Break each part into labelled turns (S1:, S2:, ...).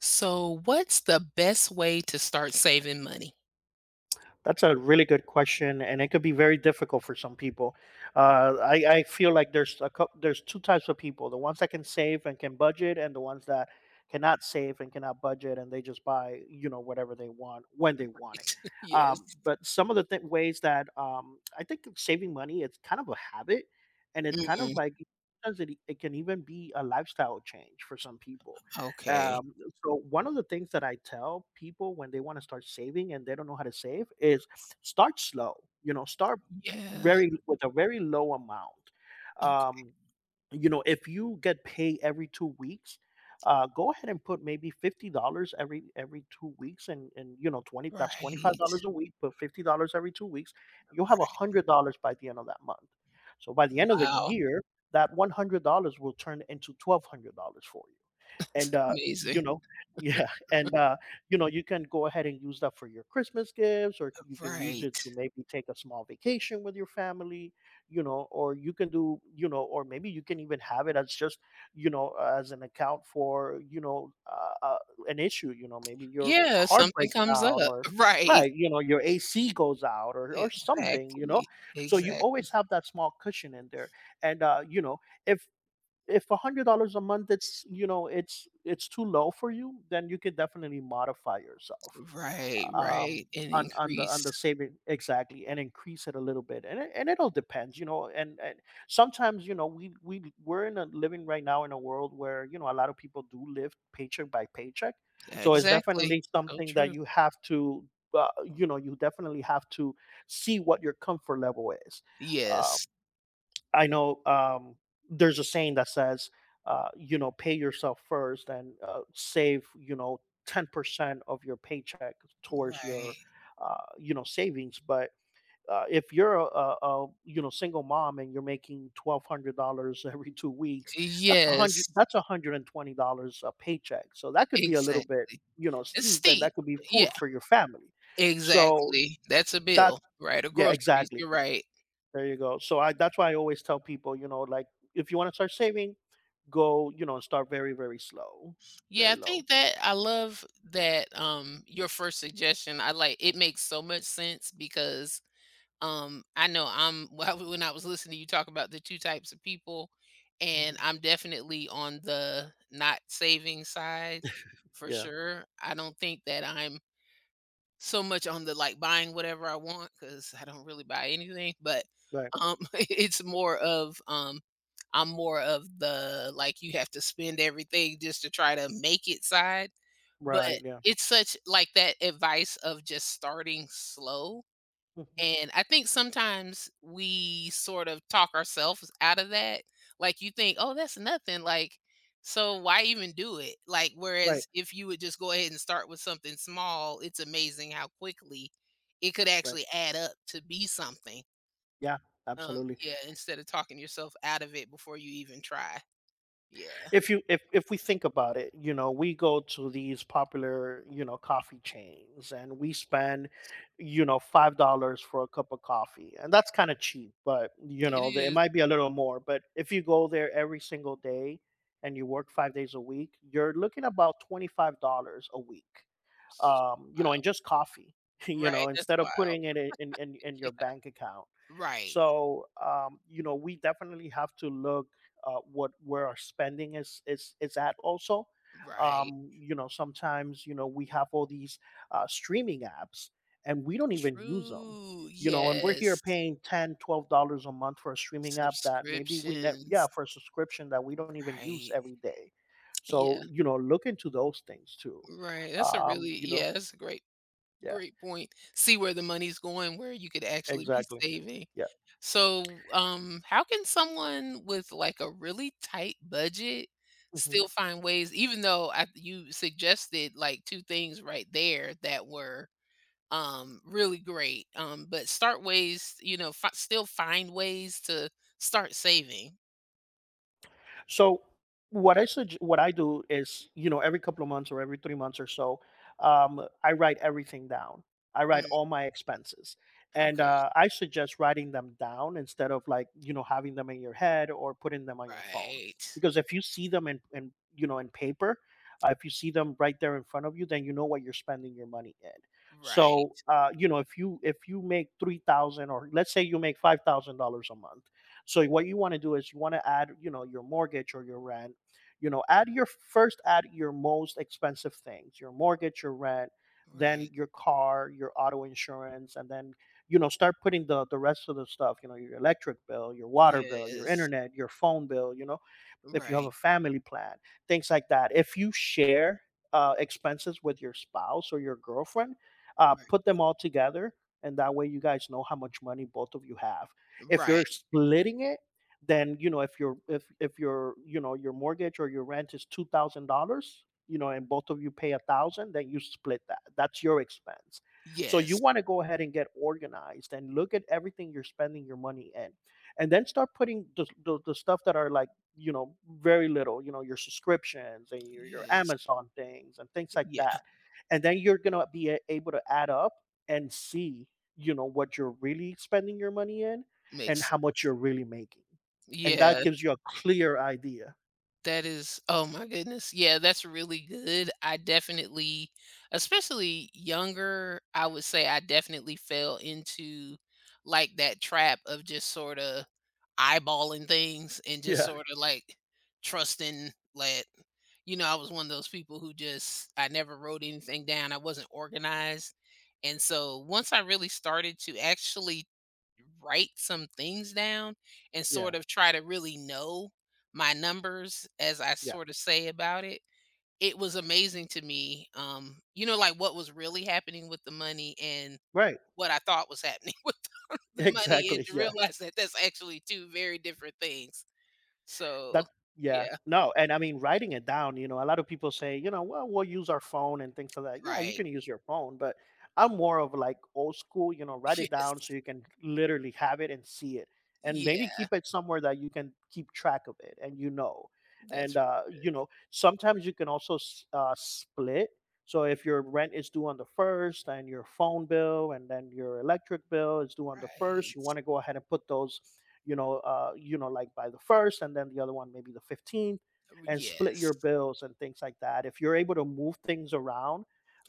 S1: So, what's the best way to start saving money?
S2: That's a really good question, and it could be very difficult for some people. I feel like there's there's two types of people: the ones that can save and can budget, and the ones that cannot save and cannot budget, and they just buy whatever they want when they want it.
S1: Yes.
S2: But some of the ways that I think that saving money, it's kind of a habit, and it's kind of
S1: Mm,
S2: like sometimes it can even be a lifestyle change for some people.
S1: okay.
S2: Um, so one of the things that I tell people when they want to start saving and they don't know how to save is start slow. You know, start
S1: Yeah.
S2: very with a very low amount.
S1: Okay.
S2: Um, you know, if you get paid every 2 weeks, go ahead and put maybe $50 every 2 weeks, and you know twenty that's twenty five
S1: Right.
S2: dollars a week. Put $50 every 2 weeks, you'll have a
S1: Right.
S2: hundred dollars by the end of that month. So by the end of the
S1: Wow.
S2: year, that $100 will turn into $1,200 for you and you
S1: Amazing.
S2: know, yeah, and you know, you can go ahead and use that for your christmas gifts, or you can use it to
S1: Right.
S2: maybe take a small vacation with your family, you know, or maybe you can even have it as just, you know, as an account for, you know, an issue. You know, maybe your
S1: Yeah,
S2: car
S1: something
S2: breaks
S1: comes
S2: down,
S1: up.
S2: or
S1: Right.
S2: right, you know, your ac goes out or something, you know.
S1: Exactly.
S2: So you
S1: Exactly.
S2: always have that small cushion in there. And you know, if $100 a month, it's, you know, it's too low for you, then you can definitely modify yourself,
S1: Right.
S2: um
S1: Right. An
S2: on on the on
S1: increase.
S2: the saving, exactly, and increase it a little bit. And and it all depends, you know, and sometimes, you know, we we're in a living right now in a world where, you know, a lot of people do live paycheck by paycheck, so it's
S1: Exactly.
S2: definitely
S1: So
S2: something that
S1: true.
S2: you have to, uh, you know, you definitely have to see what your comfort level is. um,
S1: Yes.
S2: I know, there's a saying that says, you know, pay yourself first and, save, you know, 10% of your paycheck towards your,
S1: Right.
S2: you know, savings. But if you're a, you know, single mom and you're making $1,200 every 2 weeks,
S1: Yes.
S2: that's $120 a paycheck. So that could be a little bit,
S1: Exactly.
S2: you know,
S1: It's
S2: steep, and that
S1: steep.
S2: could be
S1: Yeah.
S2: food for your family. So
S1: Exactly. That's a
S2: that,
S1: bill, right, or
S2: yeah,
S1: groceries,
S2: exactly,
S1: you're right.
S2: there you go. So I that's why I always tell people, you know, like, if you want to start saving, go, you know, start very, very slow,
S1: Yeah,
S2: very
S1: I
S2: low.
S1: think that I love that, your first suggestion, I like it makes so much sense because, I know I'm when I was listening to you talk about the two types of people, and
S2: Hmm.
S1: I'm definitely on the not saving side for
S2: Yeah.
S1: sure. I don't think that I'm so much on the like buying whatever I want because I don't really buy anything, but
S2: Right.
S1: it's more of I'm more of the like you have to spend everything just to try to make it side. But
S2: Right. Yeah.
S1: it's such like that advice of just starting slow
S2: Hmm.
S1: and I think sometimes we sort of talk ourselves out of that. Like you think, "Oh, that's nothing." Like, so why even do it? Like,
S2: Right.
S1: whereas if you would just go ahead and start with something small, it's amazing how quickly it could
S2: Right.
S1: actually add up to be something.
S2: Yeah. Absolutely.
S1: Yeah, instead of talking yourself out of it before you even try. Yeah,
S2: If you if we think about it, you know, we go to these popular, you know, coffee chains, and we spend, you know, $5 for a cup of coffee, and that's kind of cheap, but, you
S1: it
S2: know, it
S1: is
S2: might be a little more. But if you go there every single day and you work 5 days a week, you're looking about $25 a week, you know, and
S1: wild.
S2: just coffee, you know,
S1: Right, that's
S2: instead of
S1: wild.
S2: putting it in
S1: Yeah.
S2: your bank account.
S1: Right,
S2: So, you know, we definitely have to look, what, where our spending is at also.
S1: right.
S2: You know, sometimes, you know, we have all these, streaming apps, and we don't even use them.
S1: True.
S2: You know, and we're here
S1: Yes.
S2: paying $10, $12 a month for a streaming app that yeah,
S1: Subscriptions,
S2: for a subscription that we don't even use
S1: right.
S2: every day. So,
S1: Yeah,
S2: you know, look into those things too.
S1: right, that's a really
S2: You know,
S1: yeah, that's a
S2: yeah,
S1: great point. See where the money's going, where you could actually be
S2: exactly,
S1: saving.
S2: yeah.
S1: So, how can someone with, like, a really tight budget
S2: Mm-hmm.
S1: still find ways even though I you suggested, like, two things right there that were, really great, but start ways you know, fi still find ways to start saving.
S2: So what I do is, you know, every couple of months or every 3 months or so, I write everything down. I write
S1: Mm,
S2: all my expenses, and
S1: okay,
S2: uh, I suggest writing them down instead of, like, you know, having them in your head or putting them on your phone,
S1: right.
S2: because if you see them in you know, in paper, if you see them right there in front of you, then you know what you're spending your money in. So,
S1: Right,
S2: you know, if you make 3,000, or let's say you make $5,000 a month, so what you want to do is you want to add, you know, your mortgage or your rent. You know, add your most expensive things, your mortgage, your rent, then
S1: right.
S2: your car, your auto insurance, and then, you know, start putting the rest of the stuff. You know, your electric bill, your water bill, your
S1: Yes.
S2: internet, your phone bill. You know, if you have a
S1: Right,
S2: family plan, things like that. If you share, expenses with your spouse or your girlfriend,
S1: right,
S2: put them all together, and that way you guys know how much money both of you have. If you're
S1: right.
S2: splitting it, then, you know, if your if your mortgage or your rent is $2,000, you know, and both of you pay 1,000, then you split that. That's your expense. So you
S1: Yes,
S2: want to go ahead and get organized and look at everything you're spending your money in, and then start putting the stuff that are like, you know, very little, you know, your subscriptions and your
S1: yes.
S2: Amazon things, and things like
S1: Yeah,
S2: that. And then you're going to be able to add up and see, you know, what you're really spending your money in and
S1: makes
S2: how much you're
S1: sense.
S2: really making. And that
S1: Yeah.
S2: gives you a clear idea.
S1: That is oh my goodness. Yeah, that's really good. I definitely especially younger, I would say I definitely fell into like that trap of just sort of eyeballing things and just
S2: Yeah.
S1: sort of like trusting like you know, I was one of those people who just I never wrote anything down. I wasn't organized. And so once I really started to actually write some things down and
S2: Yeah.
S1: sort of try to really know my numbers as I
S2: Yeah.
S1: sort of say about it. It was amazing to me, you know, like what was really happening with the money and
S2: Right.
S1: what I thought was happening with the money, and
S2: Exactly.
S1: to
S2: Yeah.
S1: realize that that's actually two very different things. So,
S2: That yeah.
S1: yeah,
S2: No, and I mean, writing it down, you know, a lot of people say, you know, well, we'll use our phone and things like that. Yeah, you
S1: right.
S2: can use your phone, but I'm more of like old school, you know, write it down so you can literally have it and see it. And
S1: Yes.
S2: maybe
S1: Yeah,
S2: keep it somewhere that you can keep track of it, and you know. And,
S1: that's really
S2: you
S1: good.
S2: know, sometimes you can also split. So if your rent is due on the first and your phone bill and then your electric bill is due on the first, you
S1: Right.
S2: want to go ahead and put those, you know, like, by the first, and then the other one maybe the 15th, and split
S1: Yes.
S2: your bills and things like that. If you're able to move things around,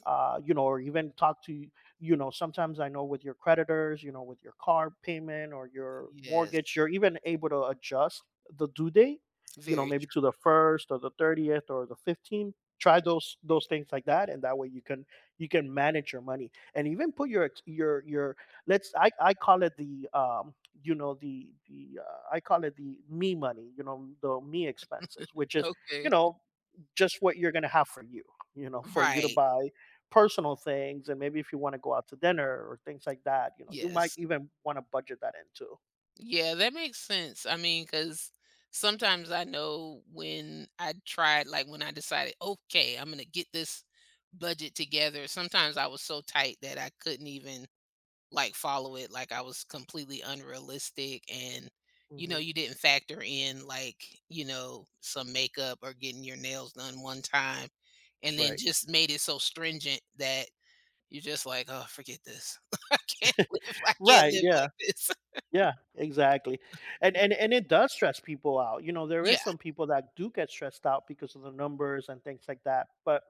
S2: you know, or even talk to, you know, sometimes I know with your creditors, you know, with your car payment or your
S1: Yes.
S2: mortgage, you're even able to adjust the due date, you know,
S1: Very
S2: maybe to the first or the 30th or the 15th. Try those things like that, and that way you can manage your money and even put your your, let's, I call it the, you know, the I call it the me money, you know, the me expenses, which
S1: true.
S2: is, you
S1: Okay.
S2: know, just what you're going to have for you, you know, for you to
S1: Right.
S2: buy personal things, and maybe if you want to go out to dinner or things like that, you know, you might
S1: Yes.
S2: even want to budget that into.
S1: Yeah, that makes sense. I mean, because sometimes I know when I tried, like when I decided, okay, I'm gonna get this budget together. Sometimes I was so tight that I couldn't even like follow it. Like I was completely unrealistic, and you know,
S2: Mhm.
S1: you didn't factor in like you know some makeup or getting your nails done one time, and then
S2: Right.
S1: just made it so stringent that you're just like, oh, forget this. I can't live. I can't
S2: Right.
S1: live
S2: Yeah.
S1: like this.
S2: Yeah, exactly. And it does stress people out. You know, there
S1: Yeah.
S2: is some people that do get stressed out because of the numbers and things like that. But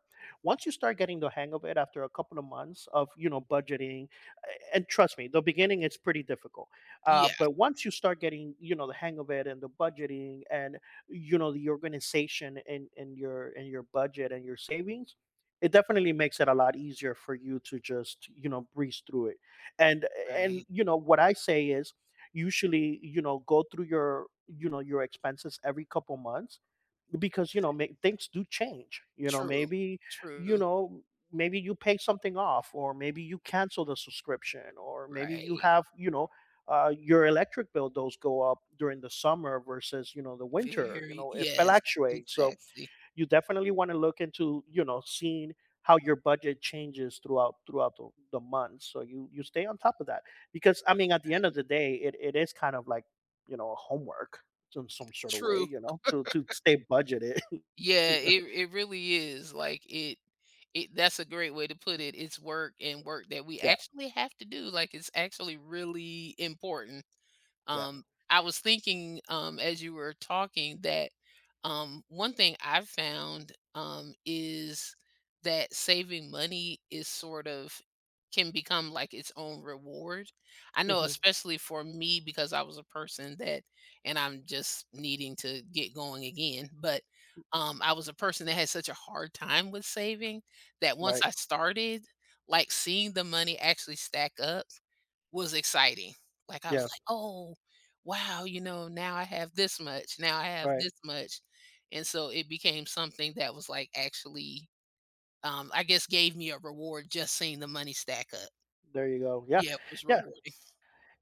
S2: once you start getting the hang of it after a couple of months of, you know, budgeting, and trust me, the beginning it's pretty difficult.
S1: Yeah.
S2: But once you start getting, you know, the hang of it and the budgeting and, you know, the organization in your budget and your savings, it definitely makes it a lot easier for you to just, you know, breeze through it. And and
S1: Right.
S2: what I say is usually go through your you know your expenses every couple months, because things do change. you know
S1: True,
S2: maybe you
S1: true,
S2: know maybe you pay something off, or maybe you cancel the subscription, or maybe you
S1: right,
S2: have, your electric bill — those go up during the summer versus, the winter.
S1: very
S2: It
S1: yes,
S2: fluctuates, so
S1: exactly,
S2: you definitely want to look into, seeing how your budget changes throughout the month so you stay on top of that, because I mean at the end of the day, it is kind of like homework in some sort of way,
S1: true,
S2: to stay budgeted.
S1: yeah,
S2: you know
S1: it really is, like, it that's a great way to put it, it's work and work that we
S2: yeah.
S1: actually have to do, like, it's actually really important.
S2: Yeah.
S1: Um, I was thinking, as you were talking that, one thing I've found, is that saving money is sort of can become like its own reward. I know
S2: Hmm.
S1: especially for me because I was a person that and I'm just needing to get going again, but, I was a person that had such a hard time with saving that once
S2: Right.
S1: I started, like, seeing the money actually stack up, was exciting. Like, I was
S2: Yeah.
S1: like, "Oh, wow, you know, now I have this much, now I have
S2: Right.
S1: this much." And so it became something that was, like, actually, I guess, gave me a reward just seeing the money stack up.
S2: There you go, yeah.
S1: Yeah, it was
S2: Yeah.
S1: rewarding.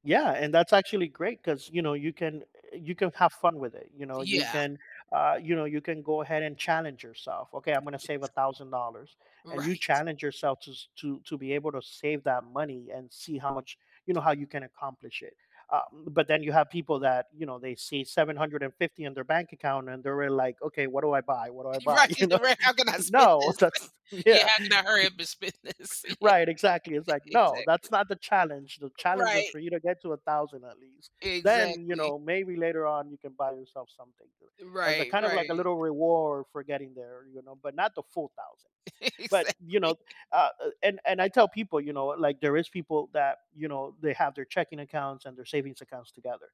S2: Yeah, and that's actually great, because you can have fun with it. You
S1: Yeah.
S2: can uh, you know you can go ahead and challenge yourself. Okay, I'm going to save $1,000, and you
S1: Right.
S2: challenge yourself to be able to save that money and see how much, how you can accomplish it. But then you have people that, they see 750 in their bank account and they're really like, okay, what do I buy? What do I buy?
S1: Right, right, "How can I spend
S2: No,
S1: this?"
S2: that's,
S1: Yeah,
S2: yeah.
S1: "How can I hurry up and spend this?" Yeah,
S2: Right, exactly. It's like, no,
S1: exactly.
S2: that's not the challenge. The challenge is
S1: Right.
S2: for you to get to 1,000 at least. Then,
S1: Exactly.
S2: maybe later on you can buy yourself something as a
S1: Right,
S2: kind of like
S1: right.
S2: a little reward for getting there, but not the full 1,000. But you know,
S1: Exactly.
S2: and I tell people, like, there is people that, they have their checking accounts and their savings accounts together,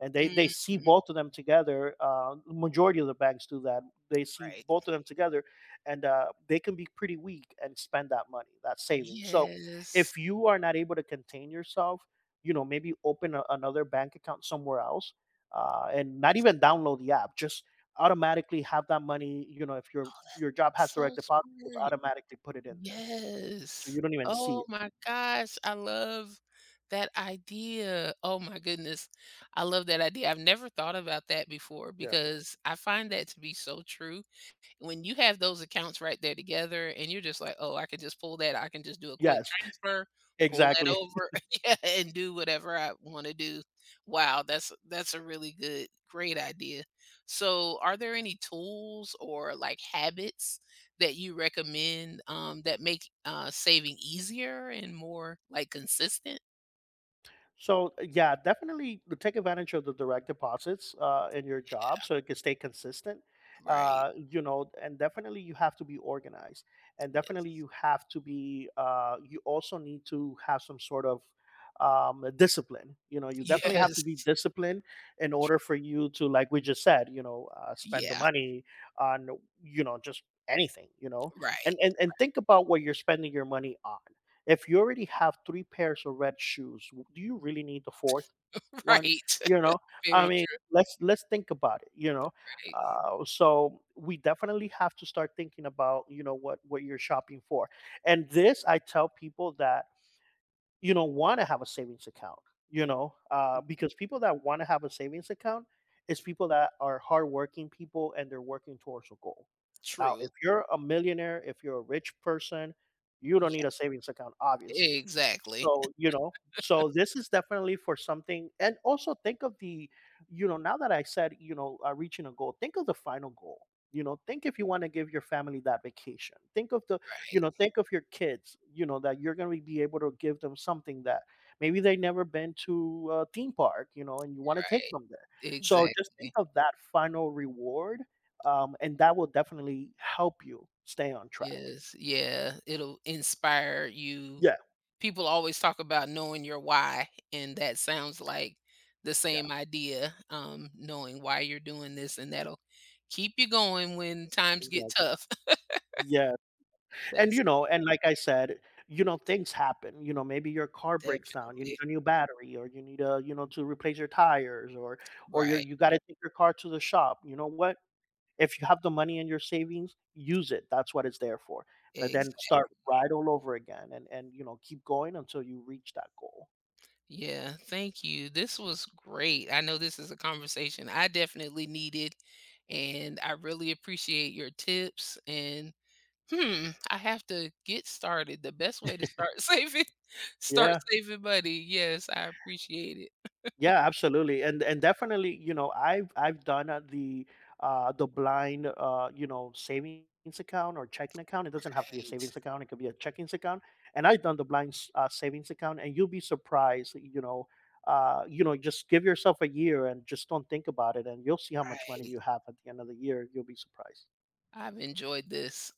S2: and they see
S1: Mhm,
S2: both of them together. Majority of the banks do that. They see
S1: right.
S2: both of them together, and they can be pretty weak and spend that money, that savings. So
S1: Yes.
S2: if you are not able to contain yourself, maybe open another bank account somewhere else, and not even download the app. Just automatically have that money. If your job has direct
S1: So
S2: deposit, just
S1: smart.
S2: automatically put it in there, so you
S1: Yes.
S2: don't even see
S1: Oh
S2: it.
S1: my gosh, I love that idea. Oh my goodness. I love that idea. I've never thought about that before
S2: Yeah.
S1: because I find that to be so true when you have those accounts right there together and you're just like, "Oh, I can just pull that. I can just do a quick
S2: Yes.
S1: transfer, pull that
S2: Exactly.
S1: over, yeah, and do whatever I wanna do." Wow, that's a really good great idea. So, are there any tools or, like, habits that you recommend, that make, saving easier and more, like, consistent?
S2: So, yeah, definitely take advantage of the direct deposits, in your job, so it can stay consistent.
S1: Right.
S2: And definitely you have to be organized, and
S1: Yes.
S2: definitely you have to be. You also need to have some sort of discipline. You definitely have to
S1: Yes.
S2: be disciplined in order for you to, like we just said, spend the
S1: Yeah.
S2: money on just anything. You know,
S1: Right.
S2: and and and think about what you're spending your money on. If you already have three pairs of red shoes, do you really need the fourth one?
S1: Right.
S2: You know, I
S1: Very
S2: mean,
S1: true.
S2: let's think about it. So we definitely have to start thinking about what you're shopping for. And this, I tell people that, wanna have a savings account — because people that wanna have a savings account is people that are hardworking people, and they're working towards a goal. Now,
S1: True.
S2: if you're a millionaire, if you're a rich person, you don't need a savings account, obviously.
S1: Exactly.
S2: So, this is definitely for something. And also think of the, now that I said, reaching a goal, think of the final goal. Think if you want to give your family that vacation. Think of the,
S1: Right,
S2: think of your kids, that you're going to be able to give them something that maybe they never been to a theme park, and you want to take
S1: right.
S2: them there. So just think
S1: Exactly.
S2: of that final reward, and that will definitely help you stay on track.
S1: Yes, yeah, it'll inspire you.
S2: Yeah,
S1: People always talk about knowing your why, and that sounds like the
S2: yeah,
S1: same idea, knowing why you're doing this, and that'll keep you going when times get
S2: exactly.
S1: tough.
S2: Yeah. And
S1: That's
S2: you know, and like I said, things happen. Maybe your car breaks down, you need
S1: definitely
S2: a new battery, or you need to replace your tires, or
S1: right.
S2: you gotta take your car to the shop. You know what? If you have the money in your savings, use it. That's what it's there for. But then
S1: Exactly.
S2: start right all over again, and keep going until you reach that goal.
S1: Yeah, thank you. This was great. I know this is a conversation I definitely needed, and I really appreciate your tips and Hmm, I have to get started. The best way to start saving start
S2: Yeah.
S1: saving money. Yes, I appreciate it.
S2: Yeah, absolutely. And definitely, I've done, the blind, savings account or checking account. It doesn't have to be a
S1: Right,
S2: savings account, it could be a checkings account. And I've done the blind savings account, and you'll be surprised. Just give yourself a year and just don't think about it, and you'll see how much money
S1: right.
S2: you have at the end of the year. You'll be surprised.
S1: I've enjoyed this.